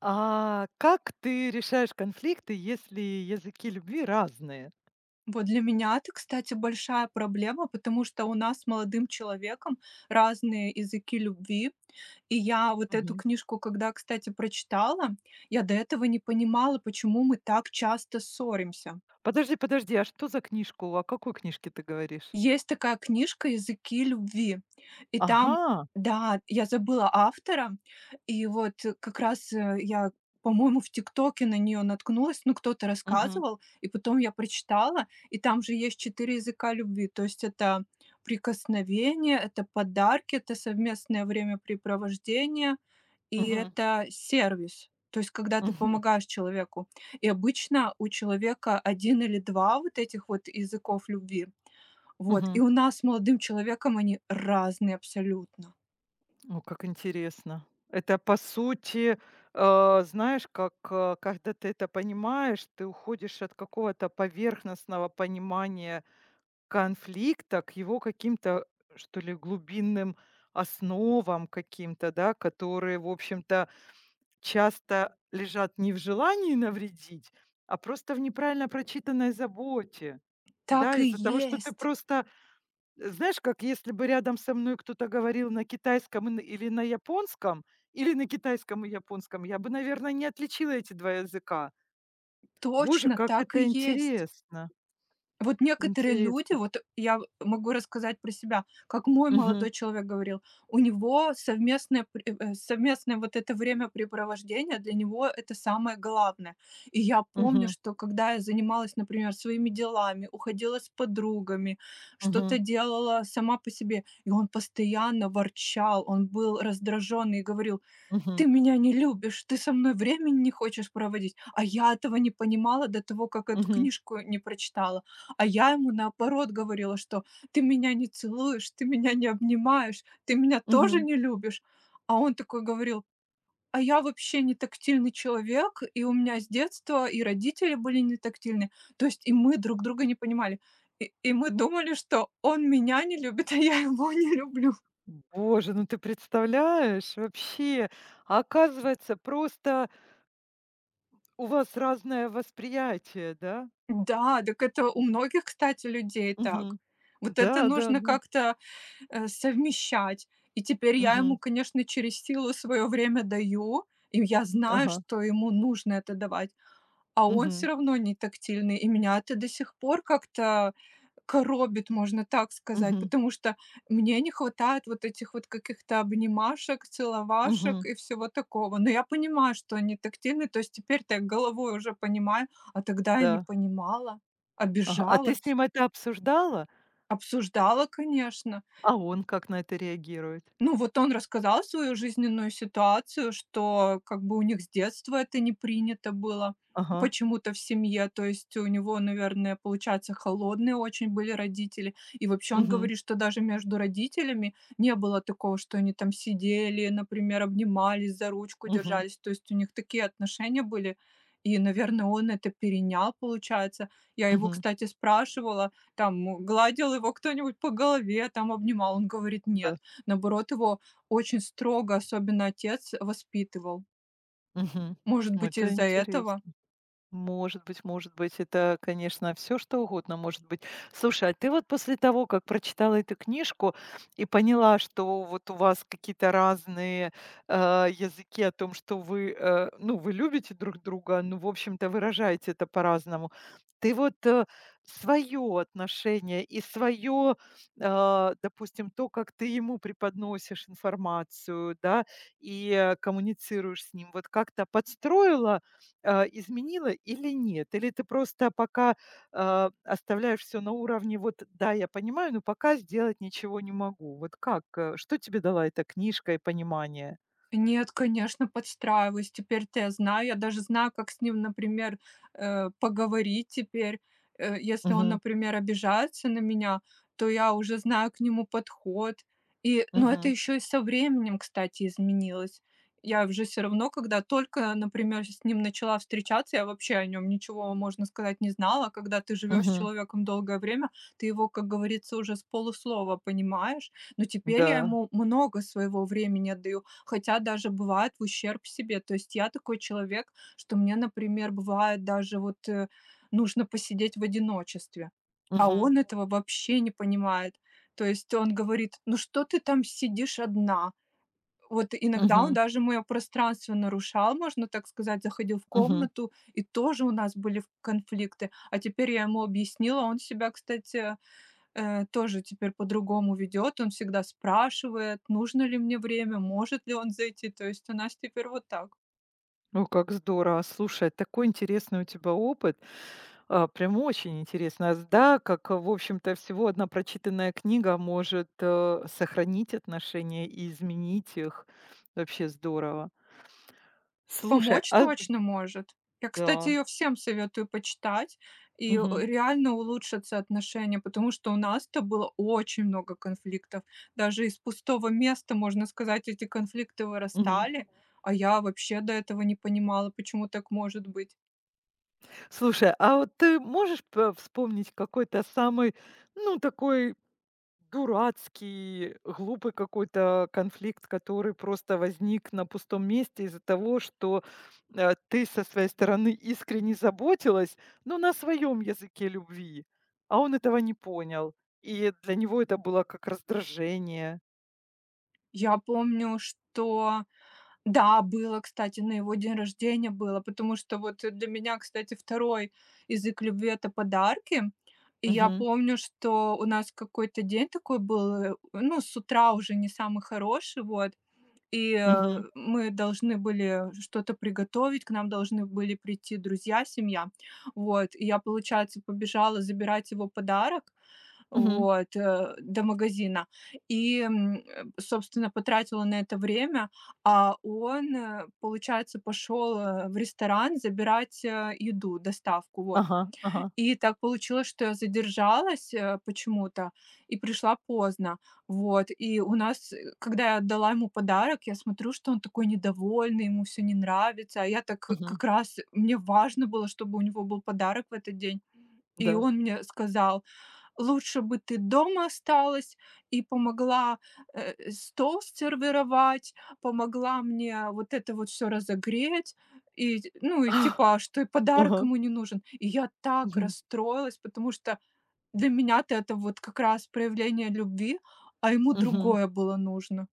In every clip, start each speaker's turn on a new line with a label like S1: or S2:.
S1: А как ты решаешь конфликты, если языки любви разные?
S2: Вот для меня это, кстати, большая проблема, потому что у нас с молодым человеком разные языки любви. И я вот эту
S1: Мгм.
S2: книжку, когда, кстати, прочитала, я до этого не понимала, почему мы так часто ссоримся.
S1: Подожди, подожди, а что за книжку? О какой книжке ты говоришь?
S2: Есть такая книжка "Языки любви", и там
S1: Ага.
S2: да, я забыла автора, и вот как раз, я, по-моему, в "Тиктоке" на нее наткнулась, ну, кто-то
S1: Мгм.
S2: рассказывал, и потом я прочитала, и там же есть 4 языка любви. То есть это прикосновение, это подарки, это совместное времяпрепровождение и
S1: Мгм.
S2: это сервис. То есть когда ты
S1: Мгм.
S2: помогаешь человеку. И обычно у человека один или 2 вот этих вот языков любви. Вот, и
S1: Мгм.
S2: у нас с молодым человеком они разные абсолютно.
S1: О, как интересно. Это по сути, знаешь, как, когда ты это понимаешь, ты уходишь от какого-то поверхностного понимания конфликта к его каким-то, что ли, глубинным основам каким-то, да, которые, в общем-то, часто лежат не в желании навредить, а просто в неправильно прочитанной заботе. Да,
S2: Так и
S1: из-за того, что ты
S2: есть.
S1: просто, знаешь, как если бы рядом со мной кто-то говорил на китайском и н или на японском, или на китайском и японском, я бы, наверное, не отличила эти два языка. Боже,
S2: Точно
S1: как
S2: так и
S1: это
S2: есть.
S1: интересно,
S2: Вот некоторые люди,
S1: интересно.
S2: вот я могу рассказать про себя, как мой
S1: Мгм,
S2: молодой человек говорил, у него совместное, пр- э, э, совместное вот это времяпрепровождение для него это самое главное. И я помню,
S1: мгм,
S2: что когда я занималась, например, своими делами, уходила с подругами, что-то
S1: мгм,
S2: делала сама по себе, и он постоянно ворчал, он был раздраженный и говорил:
S1: мгм,
S2: "Ты меня не любишь, ты со мной времени не хочешь проводить". А я этого не понимала до того, как эту
S1: мгм,
S2: книжку не прочитала. А я ему, наоборот, говорила, что: "Ты меня не целуешь, ты меня не обнимаешь, ты меня тоже
S1: мгм.
S2: не любишь". А он такой говорил: "А я вообще не тактильный человек, и у меня с детства и родители были не тактильны". То есть и мы друг друга не понимали. И мы думали, что он меня не любит, а я его не люблю.
S1: Боже, ну ты представляешь, вообще? Оказывается, просто у вас разное восприятие, да?
S2: Да, так это у многих, кстати, людей так.
S1: Мгм.
S2: Вот это
S1: Да, да,
S2: нужно
S1: да.
S2: как-то, совмещать. И теперь я ему,
S1: Мгм.
S2: конечно, через силу свое время даю, и я знаю,
S1: Ага.
S2: что ему нужно это давать. А он все
S1: Мгм.
S2: равно не тактильный, и меня это до сих пор как-то коробит, можно так сказать,
S1: Мгм.
S2: потому что мне не хватает вот этих вот каких-то обнимашек, целовашек
S1: Мгм.
S2: и всего такого. Но я понимаю, что они тактильны, то есть теперь-то я головой уже понимаю, а тогда я не
S1: Да.
S2: понимала,
S1: Ага. А ты с
S2: обижалась.
S1: ним это обсуждала?
S2: Обсуждала, конечно.
S1: А он как на это реагирует?
S2: Ну, вот он рассказал свою жизненную ситуацию, что как бы у них с детства это не принято было
S1: Ага.
S2: почему-то в семье. То есть у него, наверное, получается, холодные очень были родители. И вообще он
S1: Мгм.
S2: говорит, что даже между родителями не было такого, что они там сидели, например, обнимались, за ручку
S1: Мгм.
S2: держались. То есть у них такие отношения были. И, наверное, он это перенял, получается. Я его,
S1: Мгм.
S2: кстати, спрашивала, там, гладил его кто-нибудь по голове, там, обнимал. Он говорит, нет.
S1: Да.
S2: Наоборот, его очень строго, особенно отец, воспитывал.
S1: Мгм.
S2: Может
S1: Ну,
S2: быть,
S1: это
S2: из-за этого?
S1: интересно. Может быть, это, конечно, все что угодно может быть. Слушай, а ты вот после того, как прочитала эту книжку и поняла, что вот у вас какие-то разные, языки о том, что вы, ну, вы любите друг друга, ну, в общем-то, выражаете это по-разному. Ты вот, свое отношение и свое, допустим, то, как ты ему преподносишь информацию, да, и, коммуницируешь с ним, вот как-то подстроила, изменила или нет? Или ты просто пока, оставляешь все на уровне: "Вот да, я понимаю, но пока сделать ничего не могу"? Вот как, что тебе дала эта книжка и понимание?
S2: Нет, конечно, подстраиваюсь. Теперь-то я знаю. Я даже знаю, как с ним, например, поговорить теперь. Если он,
S1: Мгм,
S2: например, обижается на меня, то я уже знаю к нему подход. И, ну, это
S1: мгм,
S2: еще и со временем, кстати, изменилось. Я уже все равно, когда только, например, с ним начала встречаться, я вообще о нем ничего, можно сказать, не знала. А когда ты живешь с
S1: мгм,
S2: человеком долгое время, ты его, как говорится, уже с полуслова понимаешь. Но теперь я
S1: да,
S2: ему много своего времени отдаю, хотя даже бывает в ущерб себе. То есть я такой человек, что мне, например, бывает даже вот, нужно посидеть в одиночестве, а
S1: мгм,
S2: он этого вообще не понимает. То есть он говорит: "Ну что ты там сидишь одна?" Вот иногда он
S1: мгм,
S2: даже мое пространство нарушал, можно так сказать, заходил в
S1: мгм.
S2: комнату, и тоже у нас были в конфликты. А теперь я ему объяснила, он себя, кстати, тоже теперь по-другому ведет. Он всегда спрашивает, нужно ли мне время, может ли он зайти. То есть у нас теперь вот так.
S1: О, как здорово! Слушай, такой интересный у тебя опыт, прям очень интересно. А С да, как, в общем-то, всего одна прочитанная книга может, сохранить отношения и изменить их. Вообще здорово. Слушай,
S2: Помочь точно может. Я, кстати,
S1: да.
S2: ее всем советую почитать, и
S1: Мгм.
S2: реально улучшатся отношения, потому что у нас-то было очень много конфликтов. Даже из пустого места, можно сказать, эти конфликты
S1: Мгм.
S2: вырастали, а я вообще до этого не понимала, почему так может быть.
S1: Слушай, а вот ты можешь п вспомнить какой-то самый, ну, такой дурацкий, глупый какой-то конфликт, который просто возник на пустом месте из-за того, что, ты со своей стороны искренне заботилась, но на своем языке любви, а он этого не понял, и для него это было как раздражение?
S2: Я помню, что Да, было, кстати, на его день рождения было, потому что вот для меня, кстати, второй язык любви — это подарки. И я
S1: Мгм.
S2: помню, что у нас какой-то день такой был, ну, с утра уже не самый хороший, вот. И
S1: Мгм.
S2: мы должны были что-то приготовить, к нам должны были прийти друзья, семья. Вот, и я, получается, побежала забирать его подарок,
S1: Мгм.
S2: вот, до магазина. И, собственно, потратила на это время, а он, получается, пошел в ресторан забирать, еду, доставку, вот.
S1: Ага, ага.
S2: И так получилось, что я задержалась, почему-то и пришла поздно. Вот, и у нас, когда я отдала ему подарок, я смотрю, что он такой недовольный, ему все не нравится. А я так,
S1: Мгм.
S2: как раз мне важно было, чтобы у него был подарок в этот день. И
S1: Да.
S2: он мне сказал: "Лучше бы ты дома осталась и помогла, стол сервировать, помогла мне вот это вот все разогреть". И, ну, и типа, а что и подарок
S1: Ага.
S2: ему не нужен. И я так
S1: Мгм.
S2: расстроилась, потому что для меня-то это вот как раз проявление любви, а ему
S1: Мгм.
S2: другое было нужно.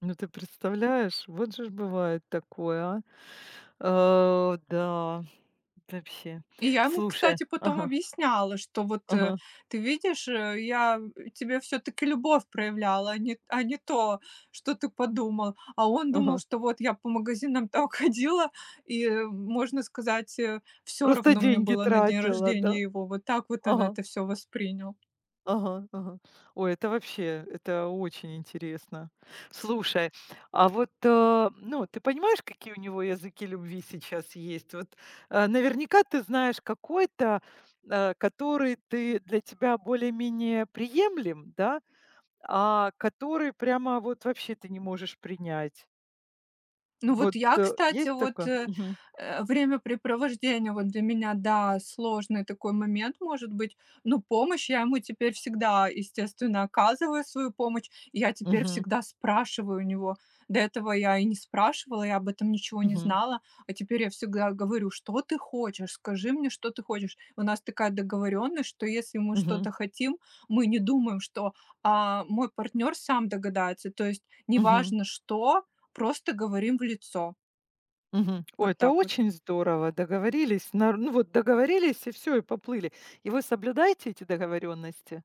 S1: Ну, ты представляешь, вот же ж бывает такое, а. Да, вообще.
S2: И я ему,
S1: Слушай,
S2: кстати, потом
S1: ага,
S2: объясняла, что вот,
S1: ага,
S2: ты видишь, я тебе все таки любовь проявляла, а не то, что ты подумал. А он думал,
S1: ага.
S2: что вот я по магазинам там ходила, и, можно сказать, все
S1: Просто
S2: равно мне
S1: деньги
S2: было на день
S1: тратила, да?
S2: рождения его. Вот так вот он
S1: Ага,
S2: это все воспринял.
S1: ага, ага. Ой, это вообще, это очень интересно. Слушай, а вот, ну, ты понимаешь, какие у него языки любви сейчас есть? Вот, наверняка ты знаешь какой-то, который ты для тебя более-менее приемлем, да? А, который прямо вот вообще ты не можешь принять.
S2: Ну вот
S1: Вот,
S2: я, кстати,
S1: есть
S2: вот,
S1: такое? Мгм.
S2: времяпрепровождение, вот для меня, да, сложный такой момент может быть, но помощь я ему теперь всегда, естественно, оказываю свою помощь. И я теперь
S1: Мгм.
S2: всегда спрашиваю у него. До этого я и не спрашивала, я об этом ничего не
S1: Мгм.
S2: знала, а теперь я всегда говорю: "Что ты хочешь? Скажи мне, что ты хочешь". У нас такая договоренность, что если мы
S1: Мгм.
S2: что-то хотим, мы не думаем, что, мой партнер сам догадается. То есть
S1: Мгм.
S2: неважно что. Просто говорим в лицо.
S1: Мгм. Ой,
S2: Вот
S1: это
S2: так вот.
S1: очень здорово. Договорились, нар ну, вот договорились и все и поплыли. И вы соблюдаете эти договоренности?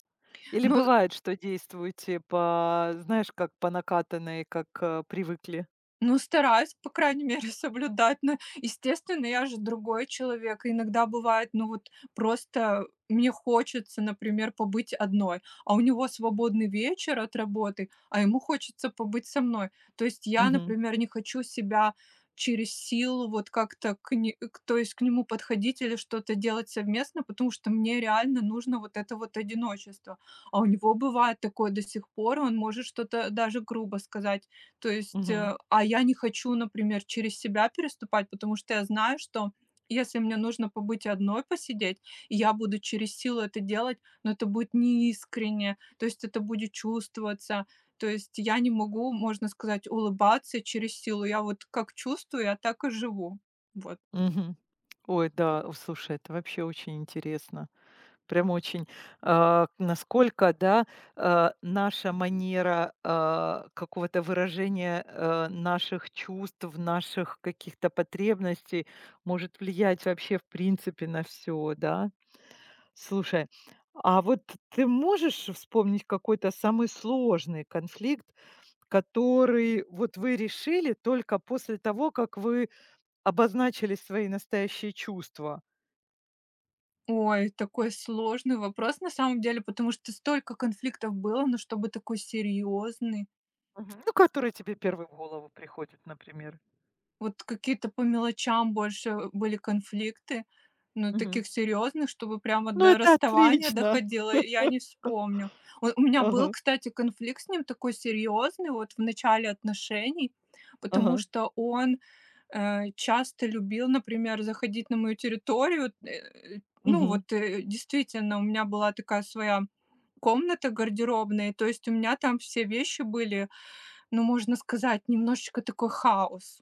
S1: Или
S2: Но
S1: бывает, что действуете по, знаешь, как по накатанной, как, привыкли?
S2: Ну, стараюсь, по крайней мере, соблюдать. Но, естественно, я же другой человек. Иногда бывает, ну вот просто мне хочется, например, побыть одной, а у него свободный вечер от работы, а ему хочется побыть со мной. То есть я,
S1: Мгм.
S2: например, не хочу себя через силу вот как-то к, не- к- то есть к нему подходить или что-то делать совместно, потому что мне реально нужно вот это вот одиночество. А у него бывает такое до сих пор, он может что-то даже грубо сказать. То есть,
S1: Мгм.
S2: а я не хочу, например, через себя переступать, потому что я знаю, что если мне нужно побыть одной, посидеть, и я буду через силу это делать, но это будет неискренне, то есть это будет чувствоваться. То есть я не могу, можно сказать, улыбаться через силу. Я вот как чувствую, я так и живу. Вот.
S1: Мгм. Ой, да, о, слушай, это вообще очень интересно. Прям очень, насколько, да, наша манера, какого-то выражения, наших чувств, наших каких-то потребностей может влиять вообще в принципе на все, да. Слушай, а вот ты можешь вспомнить какой-то самый сложный конфликт, который вот вы решили только после того, как вы обозначили свои настоящие чувства?
S2: Ой, такой сложный вопрос на самом деле, потому что столько конфликтов было, но чтобы такой серьезный.
S1: Мгм. Ну, который тебе первый в голову приходит, например.
S2: Вот какие-то по мелочам больше были конфликты, но
S1: Мгм.
S2: таких серьезных, чтобы прямо
S1: Ну,
S2: до
S1: это
S2: расставания
S1: отлично.
S2: доходило, я не вспомню. У меня был,
S1: Ага,
S2: кстати, конфликт с ним такой серьезный вот в начале отношений, потому
S1: ага.
S2: что он, часто любил, например, заходить на мою территорию. Ну
S1: Мгм,
S2: вот, действительно, у меня была такая своя комната гардеробная, то есть у меня там все вещи были, ну, можно сказать, немножечко такой хаос.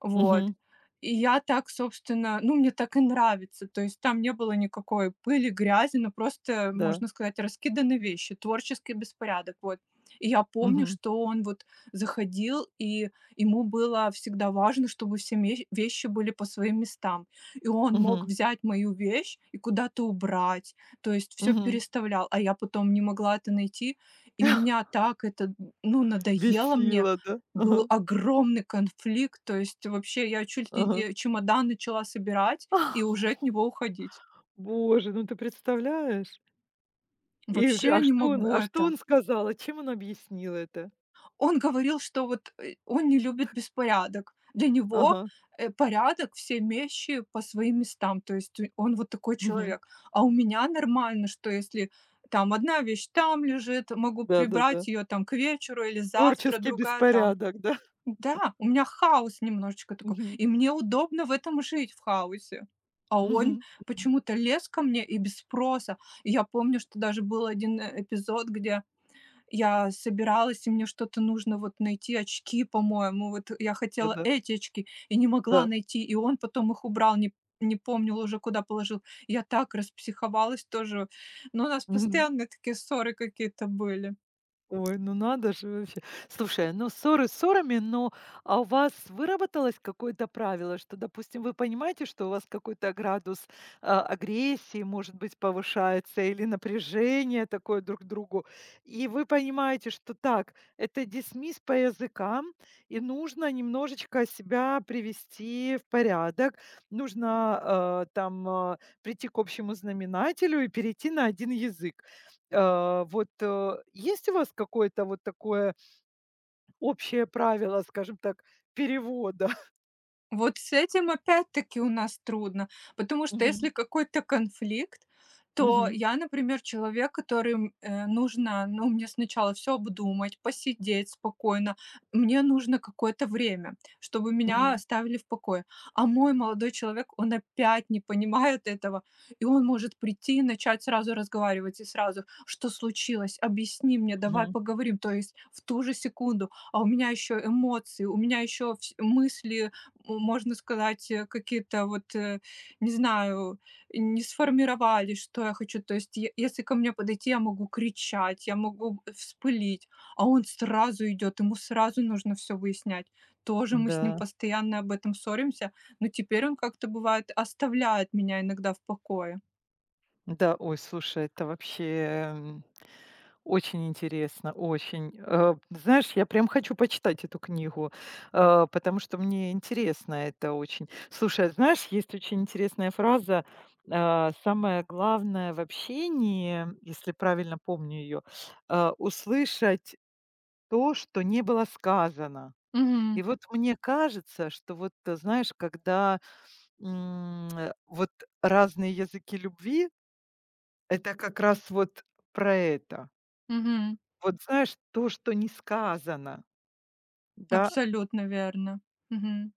S2: Вот.
S1: мгм.
S2: И я так, собственно, ну, мне так и нравится. То есть там не было никакой пыли, грязи, но просто,
S1: Да.
S2: можно сказать, раскиданы вещи, творческий беспорядок. Вот. И я помню,
S1: Мгм,
S2: что он вот заходил, и ему было всегда важно, чтобы вещи были по своим местам. И он мог
S1: мгм,
S2: взять мою вещь и куда-то убрать, то есть все
S1: мгм.
S2: переставлял, а я потом не могла это найти, и меня так это, ну, надоело мне.
S1: Бесило, да?
S2: Был
S1: Ага,
S2: огромный конфликт, то есть вообще я чуть ли
S1: ага.
S2: не чемодан начала собирать и
S1: Ах,
S2: уже от него уходить.
S1: Боже, ну ты представляешь? И
S2: Вообще
S1: уже
S2: я
S1: а
S2: не
S1: что он
S2: могу
S1: а что
S2: это.
S1: он сказал? А чем он объяснил это?
S2: Он говорил, что вот он не любит беспорядок. Для него
S1: Ага,
S2: порядок, все вещи по своим местам. То есть он вот такой
S1: мгм.
S2: человек. А у меня нормально, что если там одна вещь там лежит, могу прибрать
S1: Да-да-да.
S2: ее там к вечеру или завтра,
S1: Творческий
S2: другая там.
S1: беспорядок, да?
S2: Да, у меня хаос немножечко такой,
S1: Мгм,
S2: и мне удобно в этом жить, в хаосе. А он
S1: мгм, мгм.
S2: почему-то лез ко мне и без спроса. И я помню, что даже был один эпизод, где я собиралась, и мне что-то нужно вот найти, очки, по-моему. Вот я хотела
S1: Да-да,
S2: эти очки и не могла
S1: да.
S2: найти, и он потом их убрал, не помнил уже, куда положил. Я так распсиховалась тоже. Но у нас
S1: Мгм.
S2: постоянно такие ссоры какие-то были.
S1: Ой, ну надо же вообще. Слушай, ну ссоры ссорами, но у вас выработалось какое-то правило, что, допустим, вы понимаете, что у вас какой-то градус, агрессии, может быть, повышается или напряжение такое друг к другу, и вы понимаете, что так, это дисмисс по языкам, и нужно немножечко себя привести в порядок, нужно там, прийти к общему знаменателю и перейти на один язык. Вот, есть у вас какое-то вот такое общее правило, скажем так, перевода?
S2: Вот с этим опять-таки у нас трудно, потому что если
S1: Мгм.
S2: какой-то конфликт, то
S1: Мгм.
S2: я, например, человек, которым нужно, ну, мне сначала все обдумать, посидеть спокойно, мне нужно какое-то время, чтобы меня
S1: Мгм.
S2: оставили в покое. А мой молодой человек, он опять не понимает этого, и он может прийти и начать сразу разговаривать, и сразу, что случилось, объясни мне, давай
S1: Мгм.
S2: поговорим, то есть в ту же секунду, а у меня еще эмоции, у меня еще мысли, можно сказать, какие-то вот, не знаю, не сформировались что я хочу. То есть, если ко мне подойти, я могу кричать, я могу вспылить, а он сразу идет, ему сразу нужно все выяснять. Тоже мы с ним
S1: Да.
S2: постоянно об этом ссоримся, но теперь он как-то бывает оставляет меня иногда в покое.
S1: Да, ой, слушай, это вообще, м, очень интересно, очень. Знаешь, я прям хочу почитать эту книгу, потому что мне интересно это очень. Слушай, а знаешь, есть очень интересная фраза, самое главное в общении, если правильно помню ее, услышать то, что не было сказано.
S2: Мгм.
S1: И вот мне кажется, что вот, знаешь, когда, вот разные языки любви — это как раз вот про это.
S2: Мгм.
S1: Вот знаешь, то, что не сказано. Да,
S2: Абсолютно верно. Мгм.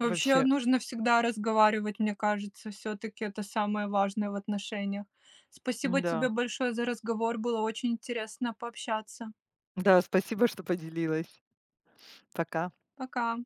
S2: Вообще нужно всегда разговаривать, мне кажется, все таки это самое важное в отношениях. Спасибо тебе
S1: да.
S2: большое за разговор, было очень интересно пообщаться.
S1: Да, спасибо, что поделилась. Пока.
S2: Пока.